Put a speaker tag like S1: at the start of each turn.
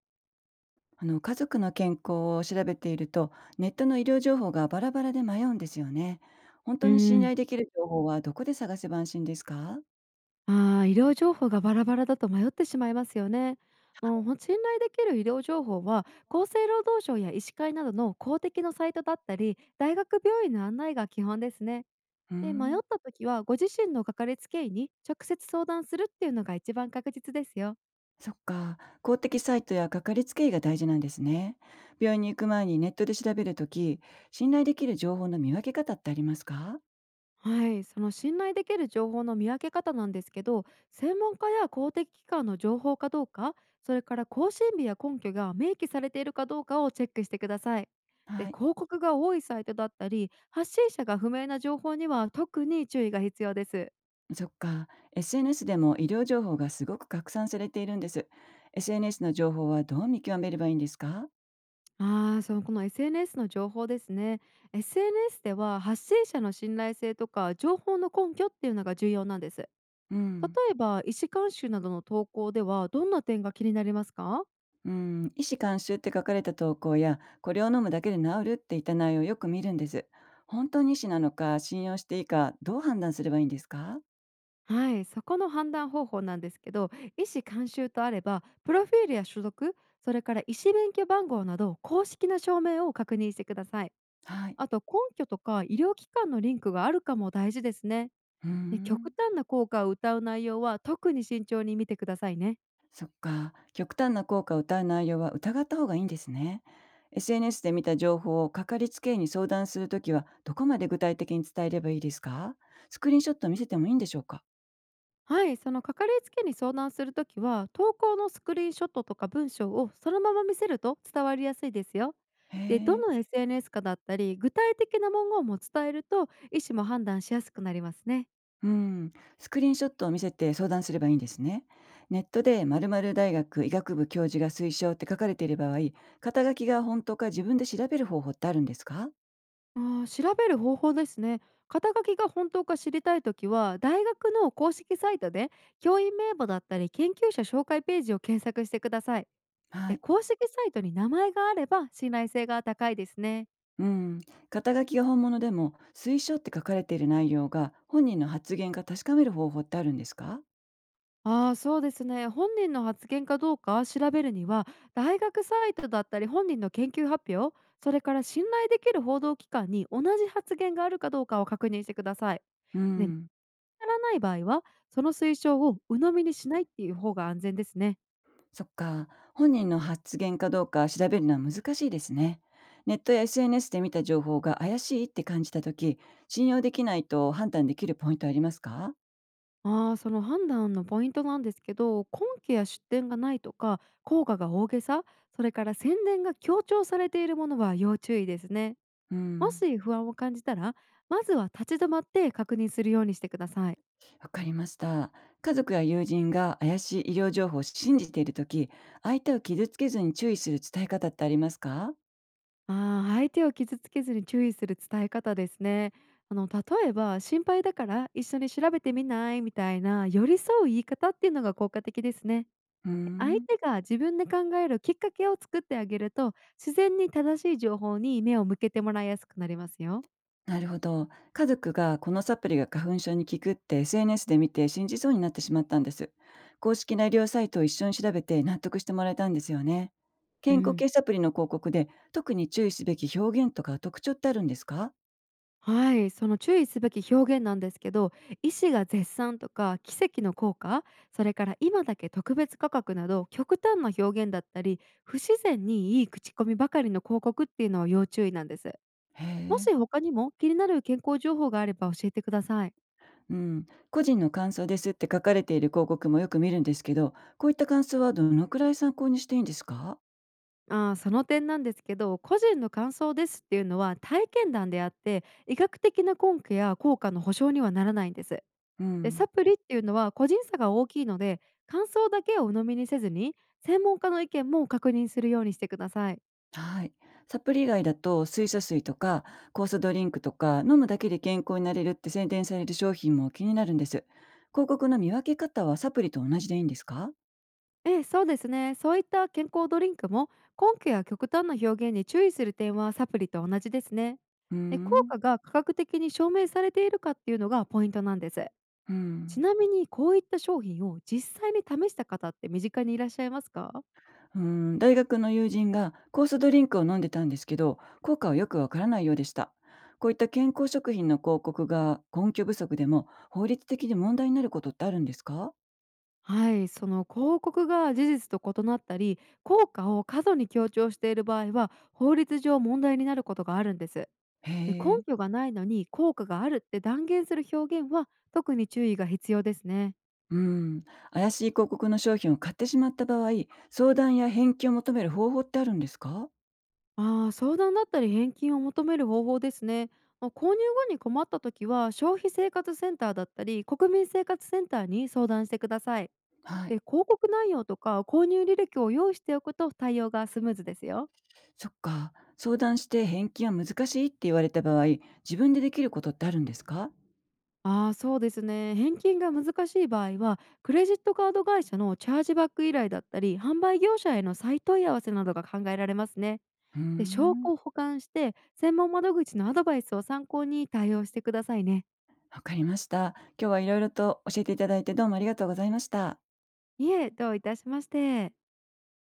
S1: あの家族の健康を調べていると、ネットの医療情報がバラバラで迷うんですよね。本当
S2: う
S1: に
S2: ー
S1: 信
S2: ん、
S1: 頼できる情報はどこで探せば安心ですか？
S2: 医療情報がバラバラだと迷ってしまいますよね。あのほ信頼できる医療情報は厚生労働省や医師会などの公的のサイトだったり大学病院の案内が基本ですね。
S1: うー
S2: で、迷っ
S1: ん。
S2: た時はご自身のかかりつけ医に直接相談するっていうのが一番確実ですよ。
S1: そっか、公的サイトやかかりつけ医が大事なんですね。病院に行く前にネットで調べるとき、信頼できる情報の見分け方ってありますか？
S2: はい、その信頼できる情報の見分け方なんですけど、専門家や公的機関の情報かどうか、それから更新日や根拠が明記されているかどうかをチェックしてください。で、
S1: はい。
S2: 広告が多いサイトだったり発信者が不明な情報には特に注意が必要です。
S1: そっか、 SNS でも医療情報がすごく拡散されているんです。SNS の情報はどう見極めればいいんですか？
S2: ああ、そのこの SNS の情報ですね。 SNS では発信者の信頼性とか情報の根拠っていうのが重要なんです。例
S1: うん。
S2: えば医師監修などの投稿ではどんな点が気になりますか？
S1: 医師監修って書かれた投稿や、これを飲むだけで治るっていった内容をよく見るんです。本当に医師なのか、信用していいか、どう判断すればいいんですか？
S2: はい、そこの判断方法なんですけど、医師監修とあればプロフィールや所属、それから医師免許番号など公式な証明を確認してください。
S1: はい。
S2: あと、根拠とか医療機関のリンクがあるかも大事ですね。
S1: うー
S2: で、
S1: ん。
S2: 極端な効果を謳う内容は特に慎重に見てくださいね。
S1: そっか。極端な効果を謳う内容は疑った方がいいんですね。SNS で見た情報をかかりつけ医に相談するときは、どこまで具体的に伝えればいいですか？スクリーンショット見せてもいいんでしょうか？
S2: はい、そのかかりつけに相談するときは投稿のスクリーンショットとか文章をそのまま見せると伝わりやすいですよ。
S1: へ
S2: で、ど
S1: え。
S2: の SNS かだったり具体的な文言も伝えると医師も判断しやすくなりますね。
S1: うん、スクリーンショットを見せて相談すればいいんですね。ネットで〇〇大学医学部教授が推奨って書かれている場合、肩書きが本当か自分で調べる方法ってあるんですか？
S2: あー、調べる方法ですね。肩書きが本当か知りたいときは大学の公式サイトで教員名簿だったり研究者紹介ページを検索してください。
S1: は
S2: で、
S1: い。
S2: 公式サイトに名前があれば信頼性が高いですね。
S1: うん。肩書きが本物でも、推奨って書かれている内容が本人の発言か確かめる方法ってあるんですか？
S2: ああ、そうですね。本人の発言かどうか調べるには、大学サイトだったり本人の研究発表、それから信頼できる報道機関に同じ発言があるかどうかを確認してください。
S1: う
S2: で、見つ
S1: ん。
S2: からない場合は、その推奨を鵜呑みにしないっていう方が安全ですね。
S1: そっか。本人の発言かどうか調べるのは難しいですね。ネットや SNS で見た情報が怪しいって感じたとき、信用できないと判断できるポイントありますか？
S2: ああ、その判断のポイントなんですけど、根拠や出典がないとか、効果が大げさ、それから宣伝が強調されているものは要注意ですね。
S1: う
S2: も
S1: ん、
S2: し不安を感じたら、まずは立ち止まって確認するようにしてください。
S1: わかりました。家族や友人が怪しい医療情報を信じているとき、相手を傷つけずに注意する伝え方ってありますか？
S2: ああ、相手を傷つけずに注意する伝え方ですね。例えば心配だから一緒に調べてみないみたいな寄り添う言い方っていうのが効果的ですね。
S1: うー
S2: 相
S1: ん、
S2: 手が自分で考えるきっかけを作ってあげると自然に正しい情報に目を向けてもらいやすくなりますよ。
S1: なるほど。家族がこのサプリが花粉症に効くって SNS で見て信じそうになってしまったんです。公式な医療サイトを一緒に調べて納得してもらえたんですよね。
S2: う
S1: 健康
S2: ん。
S1: 系サプリの広告で特に注意すべき表現とか特徴ってあるんですか？
S2: はい、その注意すべき表現なんですけど、医師が絶賛とか奇跡の効果、それから今だけ特別価格など極端な表現だったり不自然にいい口コミばかりの広告っていうのは要注意なんです。
S1: へ
S2: も
S1: え。
S2: し他にも気になる健康情報があれば教えてください。
S1: うん、個人の感想ですって書かれている広告もよく見るんですけど、こういった感想はどのくらい参考にしていいんですか？
S2: あー、その点なんですけど、個人の感想ですっていうのは体験談であって医学的な根拠や効果の保証にはならないんです。
S1: う
S2: で、
S1: ん。
S2: サプリっていうのは個人差が大きいので、感想だけを鵜呑みにせずに、専門家の意見も確認するようにしてください。
S1: はい。サプリ以外だと水素水とか酵素ドリンクとか飲むだけで健康になれるって宣伝される商品も気になるんです。広告の見分け方はサプリと同じでいいんですか？
S2: ええ、そうですね。そういった健康ドリンクも根拠や極端な表現に注意する点はサプリと同じですね。
S1: うー
S2: で、効
S1: ん。
S2: 果が科学的に証明されているかっていうのがポイントなんです。
S1: う
S2: ち
S1: ん。
S2: なみにこういった商品を実際に試した方って身近にいらっしゃいますか？
S1: うー大学の友人が酵素ドリンクを飲んでたんですけど、効果はよくわからないようでした。こういった健康食品の広告が根拠不足でも法律的に問題になることってあるんですか？
S2: はい、その広告が事実と異なったり効果を過度に強調している場合は法律上問題になることがあるんです。
S1: へ
S2: で、根
S1: え。
S2: 拠がないのに効果があるって断言する表現は特に注意が必要ですね。
S1: うん。怪しい広告の商品を買ってしまった場合、相談や返金を求める方法ってあるんですか？
S2: ああ、相談だったり返金を求める方法ですね。まあ、購入後に困った時は消費生活センターだったり国民生活センターに相談してください。
S1: はい。
S2: で、広告内容とか購入履歴を用意しておくと対応がスムーズですよ。
S1: そっか。相談して返金は難しいって言われた場合、自分でできることってあるんですか？
S2: ああ、そうですね。返金が難しい場合は、クレジットカード会社のチャージバック依頼だったり、販売業者への再問い合わせなどが考えられますね。
S1: うー
S2: で、証
S1: ん。
S2: 拠を保管して、専門窓口のアドバイスを参考に対応してくださいね。
S1: わかりました。今日はいろいろと教えていただいて、どうもありがとうございました。
S2: いえ、どういたしまして。